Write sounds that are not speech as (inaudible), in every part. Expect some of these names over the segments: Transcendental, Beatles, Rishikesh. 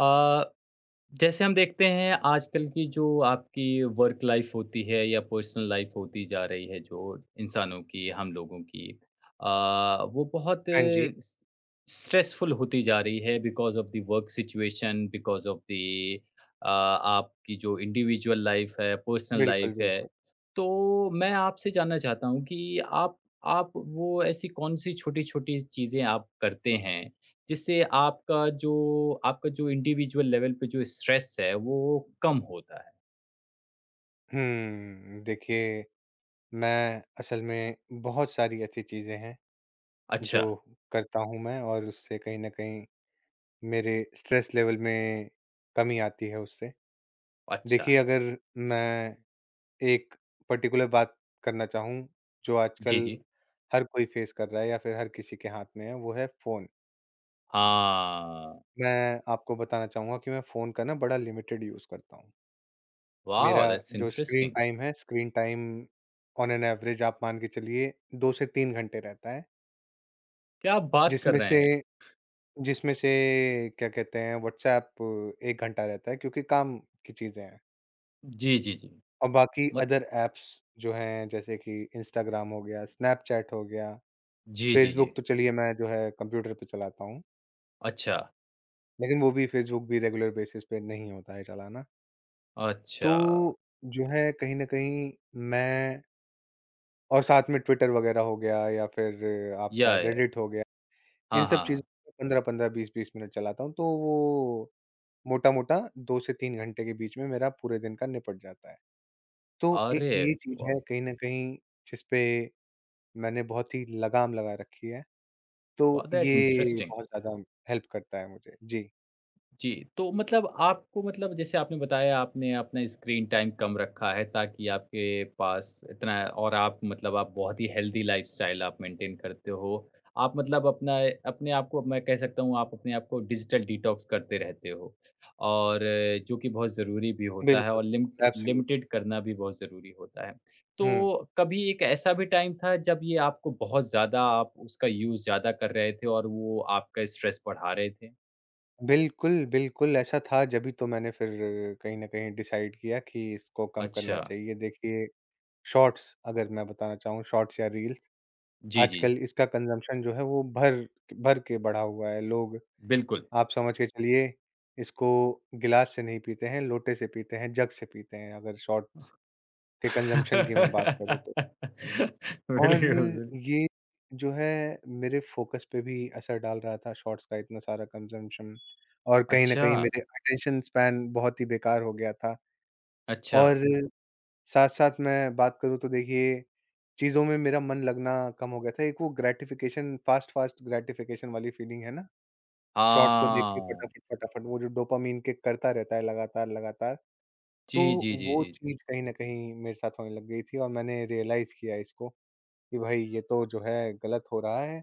अ, जैसे हम देखते हैं आजकल की जो आपकी वर्क लाइफ होती है या पर्सनल लाइफ होती जा रही है जो इंसानों की हम लोगों की अ, वो बहुत हाँ जी। स्ट्रेसफुल होती जा रही है because of the work situation because of the आपकी जो इंडिविजुअल लाइफ है पर्सनल बिल्कुल, लाइफ है। बिल्कुल। तो मैं आपसे जानना चाहता हूँ कि आप वो ऐसी कौन सी छोटी छोटी चीज़ें आप करते हैं जिससे आपका जो इंडिविजुअल लेवल पे जो स्ट्रेस है, वो कम होता है। देखिए मैं असल में बहुत सारी ऐसी चीज़ें हैं जो अच्छा, करता हूँ मैं और उससे कहीं न कहीं मेरे स्ट्रेस लेवल में कमी आती है उससे। अच्छा। देखिए अगर मैं एक पर्टिकुलर बात करना चाहूँ जो जी, आजकल जी। हर कोई फेस कर रहा है या फिर हर किसी के हाथ में है, वो है फ़ोन। हाँ। मैं आपको बताना चाहूँगा कि मैं फ़ोन का ना बड़ा लिमिटेड यूज़ करता हूँ। वॉव! मेरा दैट्स जो स्क्रीन इंटरेस्टिंग। टाइम है, screen time on an average आप मान के चलिए 2 से 3 घंटे रहता है, क्या आप बात कर जिसमें रहे से हैं? जिसमें से क्या कहते हैं व्हाट्सऐप 1 घंटा रहता है क्योंकि काम की चीज़ें हैं। जी, जी, जी। और बाकी मत अदर ऐप्स जो हैं जैसे कि इंस्टाग्राम हो गया, स्नैपचैट हो गया, जी, जी, जी। फेसबुक तो चलिए मैं जो है कंप्यूटर पे चलाता हूँ, अच्छा, लेकिन वो भी फेसबुक भी रेगुलर बेसिस पे नहीं होता है चलाना। तो अच्छा। जो है कहीं न कहीं मैं और साथ में ट्विटर वगैरह हो गया या फिर या, आपका या। रेडिट हो गया, इन हाँ, सब हाँ, चीज़ों हाँ। को 15-15, 20-20 मिनट चलाता हूँ, तो वो मोटा-मोटा 2 से 3 घंटे के बीच में मेरा पूरे दिन का निपट जाता है। तो एक अरे ये चीज़ वाह! है कहीं न कहीं जिस पे मैंने बहुत ही लगाम लगा रखी है, वाह! तो दैट ये इंटरेस्टिंग। बहुत ज़्यादा हेल्प करता है मुझे। जी, जी, तो मतलब आपको मतलब जैसे आपने बताया आपने अपना स्क्रीन टाइम कम रखा है ताकि आपके पास इतना। और आप मतलब आप बहुत ही हेल्दी लाइफ़स्टाइल आप मेंटेन करते हो। आप मतलब अपना अपने आप को मैं कह सकता हूँ आप अपने आप को डिजिटल डिटॉक्स करते रहते हो और जो कि बहुत ज़रूरी भी होता है बिल्कुल, और एब्सोल्युटली। लिमिटेड करना भी बहुत ज़रूरी होता है। हुँ, तो कभी एक ऐसा भी टाइम था जब ये आपको बहुत ज़्यादा आप उसका यूज़ ज़्यादा कर रहे थे और वो आपका स्ट्रेस बढ़ा रहे थे? बिल्कुल, बिल्कुल ऐसा था जभी तो मैंने फिर कहीं न कहीं डिसाइड किया कि इसको कम करना अच्छा। चाहिए। देखिए शॉर्ट्स अगर मैं बताना चाहूँ, शॉर्ट्स या रील्स, जी, जी। आजकल इसका कंज़म्पशन जो है वो भर भर के बढ़ा हुआ है। लोग बिल्कुल। आप समझ के चलिए इसको गिलास से नहीं पीते हैं, लोटे से पीते हैं, जग से पीते हैं अगर शॉर्ट्स (laughs) के कंज़म्पशन की मैं बात करूँ तो। और बिल्कुल, बिल ये जो है मेरे फ़ोकस पे भी असर डाल रहा था शॉर्ट्स का इतना सारा कंज़म्पशन और कहीं न अच्छा, कहीं मेरे अटेंशन स्पैन बहुत ही बेकार हो गया था अच्छा। और साथ-साथ मैं बात करूँ तो देखिए, चीज़ों में मेरा मन लगना कम हो गया था। एक वो ग्रैटिफ़िकेशन फ़ास्ट-फ़ास्ट ग्रैटिफ़िकेशन वाली फ़ीलिंग है ना, शॉर्ट्स को देख के हाँ। फटाफट-फटाफट वो जो डोपामाइन किक करता रहता है लगातार-लगातार, जी, तो जी, जी, वो जी। जी, चीज़ कहीं न कहीं मेरे साथ होने लग गई थी और मैंने रियलाइज़ किया इसको कि भाई ये तो जो है गलत हो रहा है,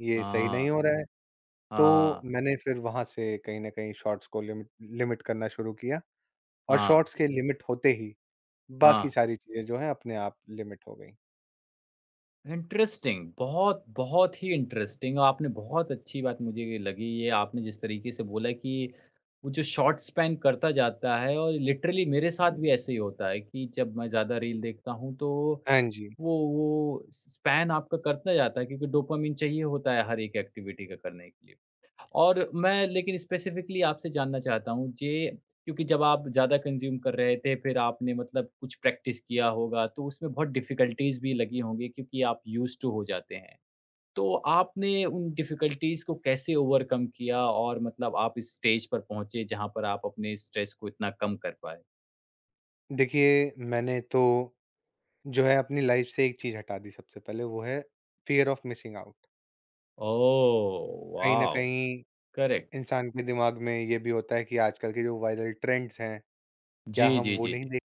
ये सही नहीं हाँ, हो रहा है। तो हाँ, मैंने फिर वहाँ से कहीं न कहीं शॉर्ट्स को लिमिट लिमिट करना शुरू किया और हाँ, शॉर्ट्स के लिमिट होते ही, बाकी हाँ। सारी चीज़ें जो हैं अपने आप लिमिट हो गई। इंटरेस्टिंग, बहुत, बहुत ही इंटरेस्टिंग। आपने बहुत अच्छी बात मुझे ये लगी ये आपने जिस तरीके से बोला कि वो जो शॉर्ट स्पैन करता जाता है और लिटरली मेरे साथ भी ऐसे ही होता है कि जब मैं ज़्यादा रील देखता हूँ तो हाँ जी। वो स्पैन आपका करता जाता है क्योंकि डोपामिन चाहिए होता है हर एक एक्टिविटी का करने के लिए। और मैं लेकिन स्पेसिफिकली आपसे जानना चाहता हूँ जे क्योंकि जब आप ज़्यादा कंज़्यूम कर रहे थे फिर आपने मतलब कुछ प्रैक्टिस किया होगा तो उसमें बहुत डिफ़िकल्टीज़ भी लगी होंगी क्योंकि आप यूज़्ड टू हो जाते हैं। तो आपने उन डिफ़िकल्टीज़ को कैसे ओवरकम किया और मतलब आप इस स्टेज पर पहुँचे जहाँ पर आप अपने स्ट्रेस को इतना कम कर पाए? देखिए, मैंने तो जो है अपनी लाइफ़ से एक चीज़ हटा दी सबसे पहले वो है fear of missing out. Oh! कहीं न वॉव! कहीं करेक्ट। इंसान के दिमाग में ये भी होता है कि आजकल के जो वायरल ट्रेंड्स हैं, क्या जी, हम जी, वो जी, नहीं जी। देख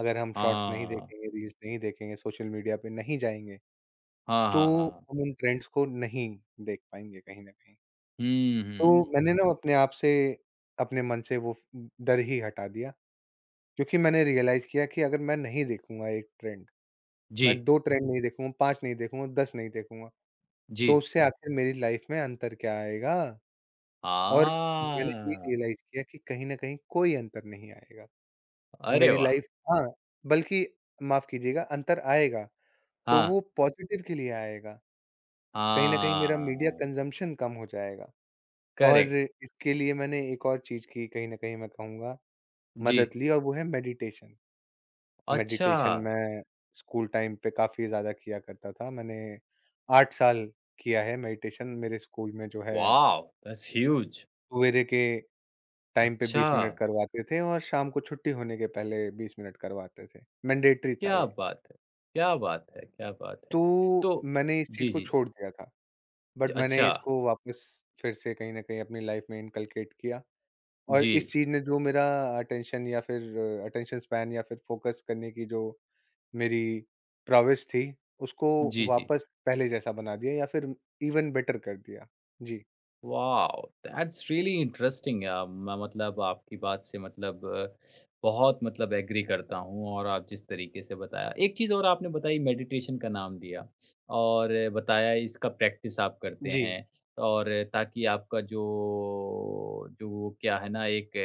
अगर हम शॉर्ट्स नहीं हाँ। देखेंगे, रील्स नहीं देखेंगे, सोशल मीडिया पे नहीं जाएँगे, हाँ, तो हाँ, हाँ, हाँ। हम उन ट्रेंड्स को नहीं देख पाएँगे कहीं न कहीं। हुँ, तो हुँ। मैंने ना अपने आप से, अपने मन से वो डर ही हटा दिया क्योंकि मैंने रियलाइज़ किया कि अगर मैं नहीं देखूँगा एक ट्रेंड मैं जी, 2 ट्रेंड नहीं देखूँगा, 5 नहीं देखूँगा, 10 नहीं देखूँगा, जी। तो उससे आखिर मेरी लाइफ़ में अंतर क्या आएगा? और मैंने ये हाँ, रियलाइज़ किया कि कहीं न कहीं कोई अंतर नहीं आएगा। अरे मेरी वाह! लाइफ़ हाँ, बल्कि माफ़ कीजिएगा अंतर आएगा, तो हाँ, वो पॉज़िटिव के लिए आएगा। कहीं न कहीं मेरा मीडिया हाँ, कंज़म्पशन कम हो जाएगा और करेक्ट। इसके लिए मैंने एक और चीज़ की कहीं न कहीं मैं कहूँगा जी, मदद ली और वो है मेडिटेशन। अच्छा, मेडिटेशन मैं स्कूल टाइम पे काफ़ी ज़्यादा किया करता था। मैंने 8 साल किया है मेडिटेशन। मेरे स्कूल में जो है वॉव! That's huge. सवेरे के टाइम पे अच्छा, 20 मिनट करवाते थे और शाम को छुट्टी होने के पहले 20 मिनट करवाते थे। मैंडेटरी था क्या ये। बात है! क्या बात है! क्या बात तो है! तो मैंने इस चीज़ जी, को जी। छोड़ दिया था। ज बट मैंने अच्छा, इसको वापस फिर से कहीं न कहीं अपनी लाइफ़ में इनकलकेट किया और इस जी, चीज़ ने जो मेरा अटेंशन या फिर अटेंशन स्पैन या फिर फ़ोकस करने की जो मेरी prowess थी, उसको जी, जी। वापस पहले जैसा बना दिया या फिर इवन बेटर कर दिया। जी। वाओ! That's really interesting. मैं मतलब आपकी बात से मतलब बहुत मतलब एग्री करता हूँ और आप जिस तरीके से बताया। एक चीज़ और आपने बताई मेडिटेशन का नाम लिया और बताया इसका प्रैक्टिस आप करते जी। हैं और ताकि आपका जो जो वो क्या है ना एक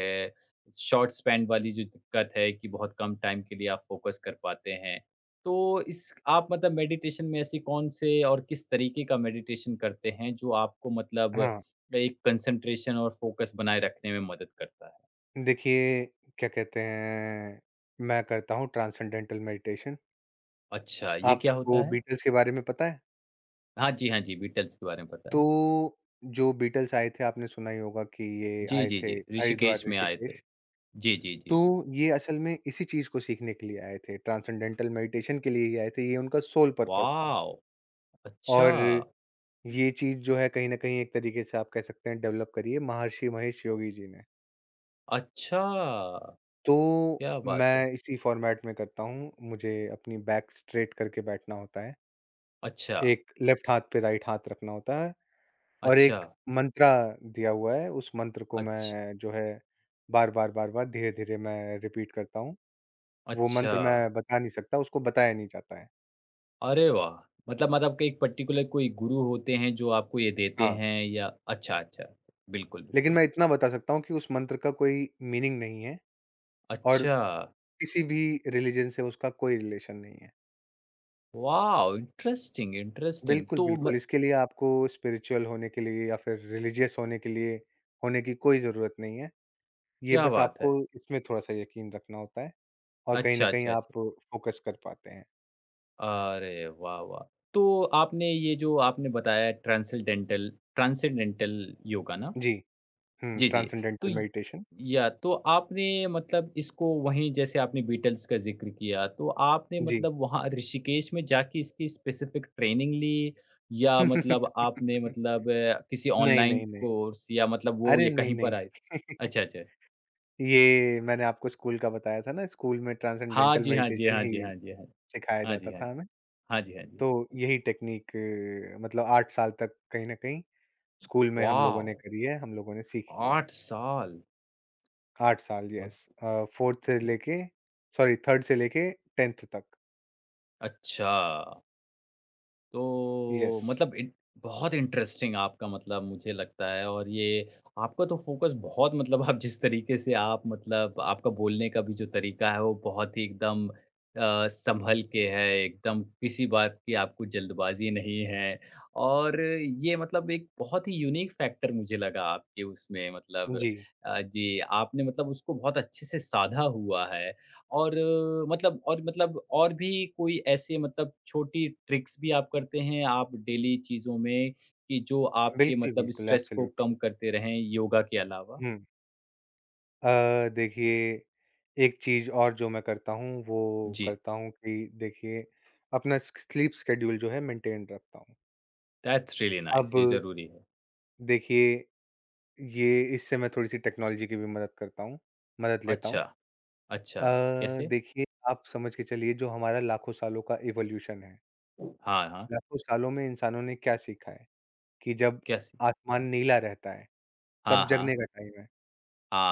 शॉर्ट स्पैन वाली जो दिक्कत है कि बहुत कम टाइम के लिए आप फ़ोकस कर पाते हैं। तो इस आप मतलब मेडिटेशन में ऐसी कौन से और किस तरीके का मेडिटेशन करते हैं जो आपको मतलब हाँ, एक कंसंट्रेशन और फ़ोकस बनाए रखने में मदद करता है। देखिए क्या कहते हैं, मैं करता हूँ ट्रांसेंडेंटल मेडिटेशन। अच्छा, ये क्या होता आपको है? बीटल्स के बारे में पता है? हाँ जी, हाँ जी, बीटल्स के बारे में पता तो है। जो बीटल्स आए थे आपने सुना ही होगा कि ये जी, आए जी, जी, थे हरिद्वार, ऋषिकेश में आए थे। ऋषिकेश। जी, जी, जी, तो जी, जी। ये असल में इसी चीज़ को सीखने के लिए आए थे, ट्रांसेंडेंटल मेडिटेशन के लिए ही आए थे, ये उनका सोल पर्पस था वॉव! और अच्छा, ये चीज़ जो है कहीं न कहीं एक तरीके से आप कह सकते हैं डेवलप करी है महर्षि महेश योगी जी ने। अच्छा, तो क्या बात है! मैं इसी फ़ॉर्मेट में करता हूँ, मुझे अपनी बैक स्ट्रेट करके बैठना होता है। अच्छा, एक लेफ्ट हाथ पे राइट हाथ रखना होता है और अच्छा, एक मंत्रा दिया हुआ है, उस मंत्र को अच्छ मैं जो है बार-बार, बार-बार, धीरे-धीरे मैं रिपीट करता हूँ। वो अच्छा, मंत्र मैं बता नहीं सकता, उसको बताया नहीं जाता है। अरे वाह! मतलब मतलब कि एक पर्टिकुलर कोई गुरु होते हैं जो आपको ये देते हाँ, हैं या अच्छा, अच्छा, बिल्कुल, लेकिन बिल्कुल। मैं इतना बता सकता हूँ कि उस मंत्र का कोई मीनिंग नहीं है और अच्छा, किसी भी रिलिजन से उसका कोई रिलेशन नहीं है। वॉव! Interesting, interesting. बिल्कुल, तो बिल्कुल। म इसके लिए आपको स्पिरिचुअल होने के लिए या फिर रिलीजियस होने के लिए होने की कोई ज़रूरत नहीं है। ये क्या बस बात आपको है! इसमें थोड़ा-सा यकीन रखना होता है और कहीं न अच्छा, कहीं अच्छा, आप अच्छा। फ़ोकस कर पाते हैं। अरे वाह, वाह! तो आपने ये जो आपने बताया ट्रांसेंडेंटल ट्रांसेंडेंटल योगा ना? जी। जी, जी। तो ट्रांसेंडेंटल य मेडिटेशन। या तो आपने मतलब इसको वहीं जैसे आपने बीटल्स का ज़िक्र किया, तो आपने जी। मतलब वहाँ ऋषिकेश में जाके इसकी स्पेसिफ़िक ट्रेनिंग ली या मतलब आपने (laughs) मतलब किसी नहीं, ऑनलाइन नहीं, नहीं। कोर्स या मतलब वो अरे! या नहीं, कहीं पर आए? नहीं। (laughs) अच्छा, अच्छा। ये मैंने आपको स्कूल का बताया था ना, स्कूल में हाँ ट्रांसेंडेंटल जी, हाँ जी, मेडिटेशन हाँ ही जी, हाँ जी, हाँ। सिखाया हाँ जाता जी, हाँ था जी। हमें। हाँ जी, हाँ तो जी। यही टेक्निक मतलब 8 साल तक कहीं न कहीं स्कूल में हम लोगों वॉव! ने करी है, हम लोगों ने सीखी है। 8 साल! 8 साल येस 4th से ओके। लेके सॉरी 3rd से लेके 10th तक। अच्छा, येस। तो मतलब इन बहुत इंटरेस्टिंग। आपका मतलब मुझे लगता है और ये आपका तो फ़ोकस बहुत मतलब आप जिस तरीके से आप मतलब आपका बोलने का भी जो तरीका है वो बहुत ही एकदम सँभल के है, एकदम किसी बात की आपको जल्दबाज़ी नहीं है और ये मतलब एक बहुत ही यूनिक फैक्टर मुझे लगा आपके उसमें मतलब जी। जी, आपने मतलब उसको बहुत अच्छे से साधा हुआ है। और मतलब और मतलब और भी कोई ऐसे मतलब छोटी ट्रिक्स भी आप करते हैं आप डेली चीज़ों में कि जो आपके बिल्कुल, मतलब बिल्कुल स्ट्रेस को एब्सोल्यूटली। कम करते रहें योगा के अलावा? हुँ। देखिए एक चीज़ और जो मैं करता हूँ वो जी, करता हूँ कि देखिए अपना स स्लीप शेड्यूल जो है मेंटेन रखता हूँ। दैट्स रियली अब नाइस। ये ज़रूरी है। देखिए ये इससे मैं थोड़ी-सी टेक्नोलॉजी की भी मदद लेता हूँ। अच्छा, अच्छा, अ, कैसे? देखिए आप समझ के चलिए जो हमारा लाखों सालों का इवोल्यूशन है। हाँ, हाँ, लाखों सालों में इंसानों ने क्या सीखा है कि जब कैसे? आसमान नीला रहता है, तब हाँ, हाँ, जगने का टाइम है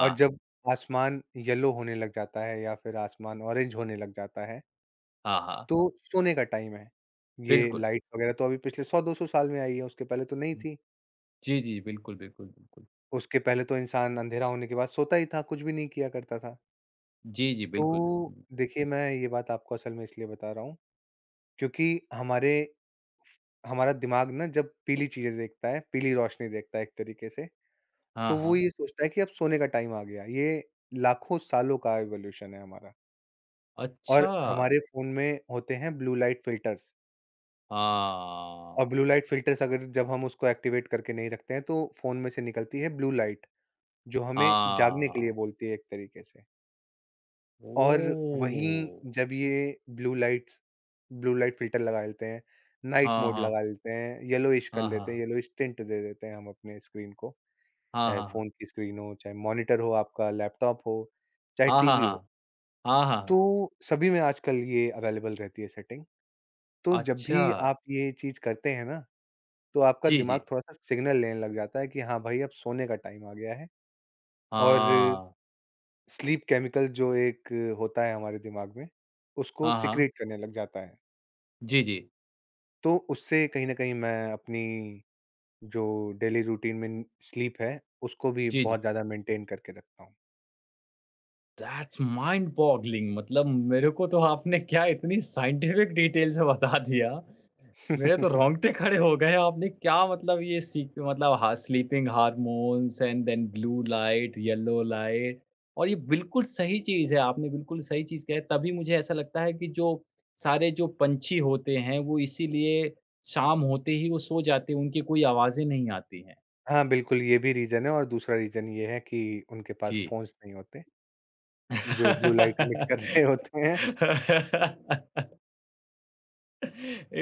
और जब आसमान येलो होने लग जाता है या फिर आसमान ऑरेंज होने लग जाता है, हाँ, हाँ, तो सोने का टाइम है। ये बिल्कुल। लाइट्स वगैरह तो अभी पिछले 100-200 साल में आई है, उसके पहले तो नहीं थी। जी, जी, बिल्कुल, बिल्कुल, बिल्कुल। उसके पहले तो इंसान अंधेरा होने के बाद सोता ही था, कुछ भी नहीं किया करता था। जी, जी, बिल्कुल, तो बिल्कुल। देखिए, मैं ये बात आपको असल में इसलिए बता रहा हूँ, क्योंकि हमारे हमारा दिमाग ना जब पीली चीज़ें देखता है, पीली रोशनी देखता है एक तरीके से तो हाँ, वो हाँ, ये सोचता है कि अब सोने का टाइम आ गया। ये लाखों सालों का इवोल्यूशन है हमारा और अच्छा। हमारे फ़ोन में होते हैं ब्लू लाइट फ़िल्टर्स और ब्लू लाइट हाँ, फ़िल्टर्स अगर जब हम उसको एक्टिवेट करके नहीं रखते हैं, तो फ़ोन में से निकलती है ब्लू लाइट, जो हमें जागने के लिए हाँ, बोलती है एक तरीके से। और वहीं ओह! जब ये blue lights blue light filter लगा लेते हैं, नाइट हाँ, मोड हाँ। लगा लेते हैं, येलोइश कर हाँ, लेते हैं, हाँ। येलोइश टिंट दे देते हैं हम अपने स्क्रीन को, हाँ, चाहे हाँ, फ़ोन हाँ। की स्क्रीन हो, चाहे मॉनिटर हो आपका, लैपटॉप हो, चाहे हाँ, हाँ, टीवी हो। हाँ। हाँ, तो हाँ। सभी में आजकल ये अवेलेबल रहती है सेटिंग। तो जब अच्छा। भी आप ये चीज़ करते हैं ना, तो आपका जी, दिमाग जी। थोड़ा-सा सिग्नल लेने लग जाता है कि हाँ भाई, अब सोने का टाइम आ गया है और हाँ। स्लीप केमिकल जो एक होता है हमारे दिमाग में, उसको हाँ, हाँ। सीक्रेट करने लग जाता है। जी, जी। तो उससे कहीं न कहीं मैं अपनी जो डेली रूटीन में स्लीप है, उसको भी जी, बहुत जी। ज़्यादा मेंटेन करके रखता हूँ। That's mind boggling. मतलब मेरे को तो आपने क्या इतनी साइंटिफिक डिटेल से बता दिया, मेरे तो (laughs) रोंगटे खड़े हो गए। आपने क्या मतलब ये सीख मतलब हा sleeping hormones and then blue light, yellow light और ये बिल्कुल सही चीज़ है, आपने बिल्कुल सही चीज़ कहा है। तभी मुझे ऐसा लगता है कि जो सारे जो पंछी होते हैं, वो इसीलिए शाम होते ही वो सो जाते हैं, उनकी कोई आवाज़ें नहीं आती हैं। हाँ, बिल्कुल ये भी रीज़न है और दूसरा रीज़न ये है कि उनके पास जी। फ़ोन्स नहीं होते। जो ब्लू लाइट एमिट कर रहे (laughs) होते हैं। (laughs)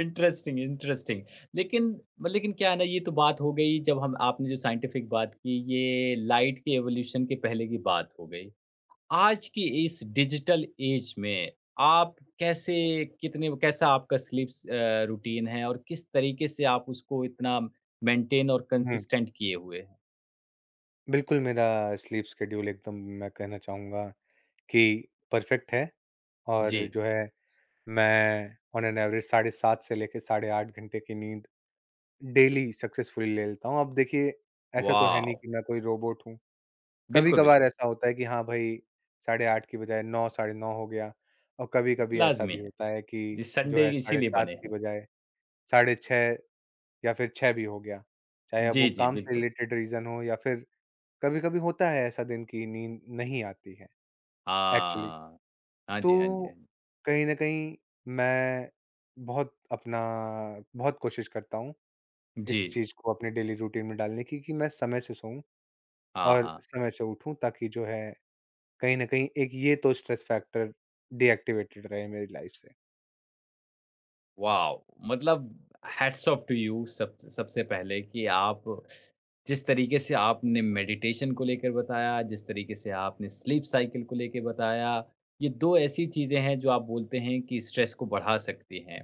Interesting, interesting. लेकिन म लेकिन क्या है ना ये तो बात हो गई जब हम आपने जो साइंटिफिक बात की ये लाइट के एवोल्यूशन के पहले की बात हो गई। आज की इस डिजिटल ऐज में आप कैसे कितने कैसा आपका स्लीप्स रूटीन है और किस तरीके से आप उसको इतना मेंटेन और हुँ। कंसिस्टेंट किए हुए हैं? बिल्कुल, मेरा स्लीप शेड्यूल एकदम मैं कहना चाहूँगा कि परफेक्ट है और जी। जो है मैं ऑन एन एवरेज साढ़े 7 से लेके साढ़े 8 घंटे की नींद डेली सक्सेसफुली ले लेता हूँ। अब देखिए ऐसा तो है नहीं वॉव! कि मैं कोई रोबोट हूँ। बिल्कुल, कभी-कभार बिल्कुल। ऐसा होता है कि हाँ भाई, साढ़े 8 की बजाय 9 साढ़े 9 हो गया और कभी-कभी ऐसा लाज़मी भी है। होता है कि ये जो संडे है साढ़े इसीलिए 7 बने की हैं। बजाय साढ़े 6 या फिर 6 भी हो गया। चाहे अब वो जी, जी, काम से बिल्कुल। रिलेटेड रीज़न हो या फिर कभी-कभी होता है ऐसा दिन कि नींद नहीं आती है एक्चुअली। हाँ। हाँ तो जी, हाँ जी, हाँ जी। कहीं न कहीं मैं बहुत अपना बहुत कोशिश करता हूँ जी। इस चीज़ को अपने डेली रूटीन में डालने की कि मैं समय से सोऊँ हाँ, और हाँ। समय से उठूँ ताकि जो है कहीं न कहीं एक ये तो स्ट्रेस फैक्टर डीऐक्टिवेटेड रहे मेरी लाइफ़ से। वॉव! मतलब हैट्स ऑफ टू यू। सब सबसे पहले कि आप जिस तरीके से आपने मेडिटेशन को लेकर बताया, जिस तरीके से आपने स्लीप साइकिल को लेके बताया, ये 2 ऐसी चीज़ें हैं जो आप बोलते हैं कि स्ट्रेस को बढ़ा सकती हैं।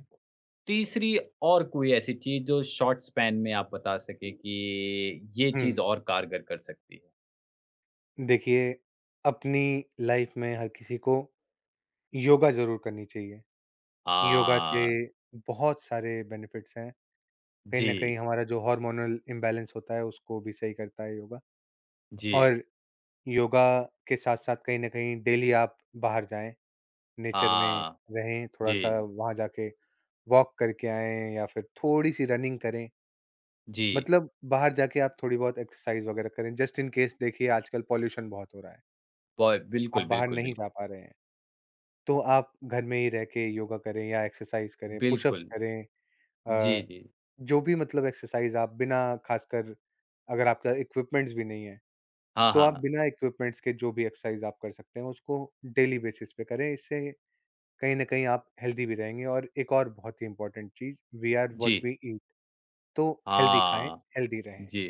तीसरी और कोई ऐसी चीज़ जो शॉर्ट स्पैन में आप बता सकें कि ये हुँ, चीज़ और कारगर कर सकती है? देखिए अपनी लाइफ़ में हर किसी को योगा ज़रूर करनी चाहिए। योगा से हाँ, बहुत सारे बेनिफिट्स हैं। कहीं न कहीं जी, हमारा जो हार्मोनल इम्बैलेंस होता है, उसको भी सही करता है योगा। जी, और योगा के साथ-साथ कहीं न कहीं डेली आप बाहर जाएँ, नेचर में हाँ, रहें, थोड़ा-सा जी, वहाँ जाके वॉक करके आएँ या फिर थोड़ी-सी रनिंग करें। जी। मतलब बाहर जाके आप थोड़ी बहुत एक्सरसाइज़ वगैरह करें, जस्ट इन केस देखिए आजकल पॉल्यूशन बहुत हो रहा है, बॉय आप बिल्कुल, बाहर बिल्कुल, नहीं बिल्कुल। जा पा रहे हैं, तो आप घर में ही रह के योगा करें या एक्सरसाइज़ करें, पुशअप्स बिल्कुल। करें जी, अ, जी। जो भी मतलब एक्सरसाइज़ आप बिना खासकर अगर आपका इक्विपमेंट्स भी नहीं है हाँ, तो आप हाँ। बिना इक्विपमेंट्स के जो भी एक्सरसाइज आप कर सकते हैं उसको डेली बेसिस पे करें। इससे कहीं न कहीं आप हेल्दी भी रहेंगे और एक और बहुत ही इम्पोर्टेंट चीज़ वी आर व्हाट जी। वी ईट तो हेल्दी खाएँ, हाँ। हेल्दी रहें। जी,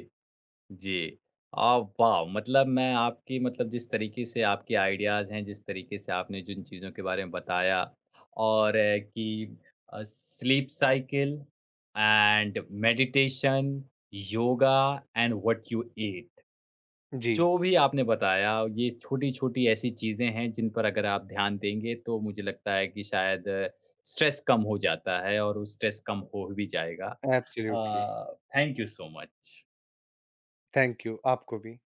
जी। अ, वाह! मतलब मैं आपकी मतलब जिस तरीके से आपके आइडियाज़ हैं, जिस तरीके से आपने जिन चीज़ों के बारे में बताया और कि कि sleep cycle and meditation, yoga and what you eat, जी, जो भी आपने बताया ये छोटी-छोटी ऐसी चीज़ें हैं जिन पर अगर आप ध्यान देंगे तो मुझे लगता है कि शायद स्ट्रेस कम हो जाता है और वो स्ट्रेस कम हो भी जाएगा। Absolutely. Thank you so much. Thank you, आपको भी।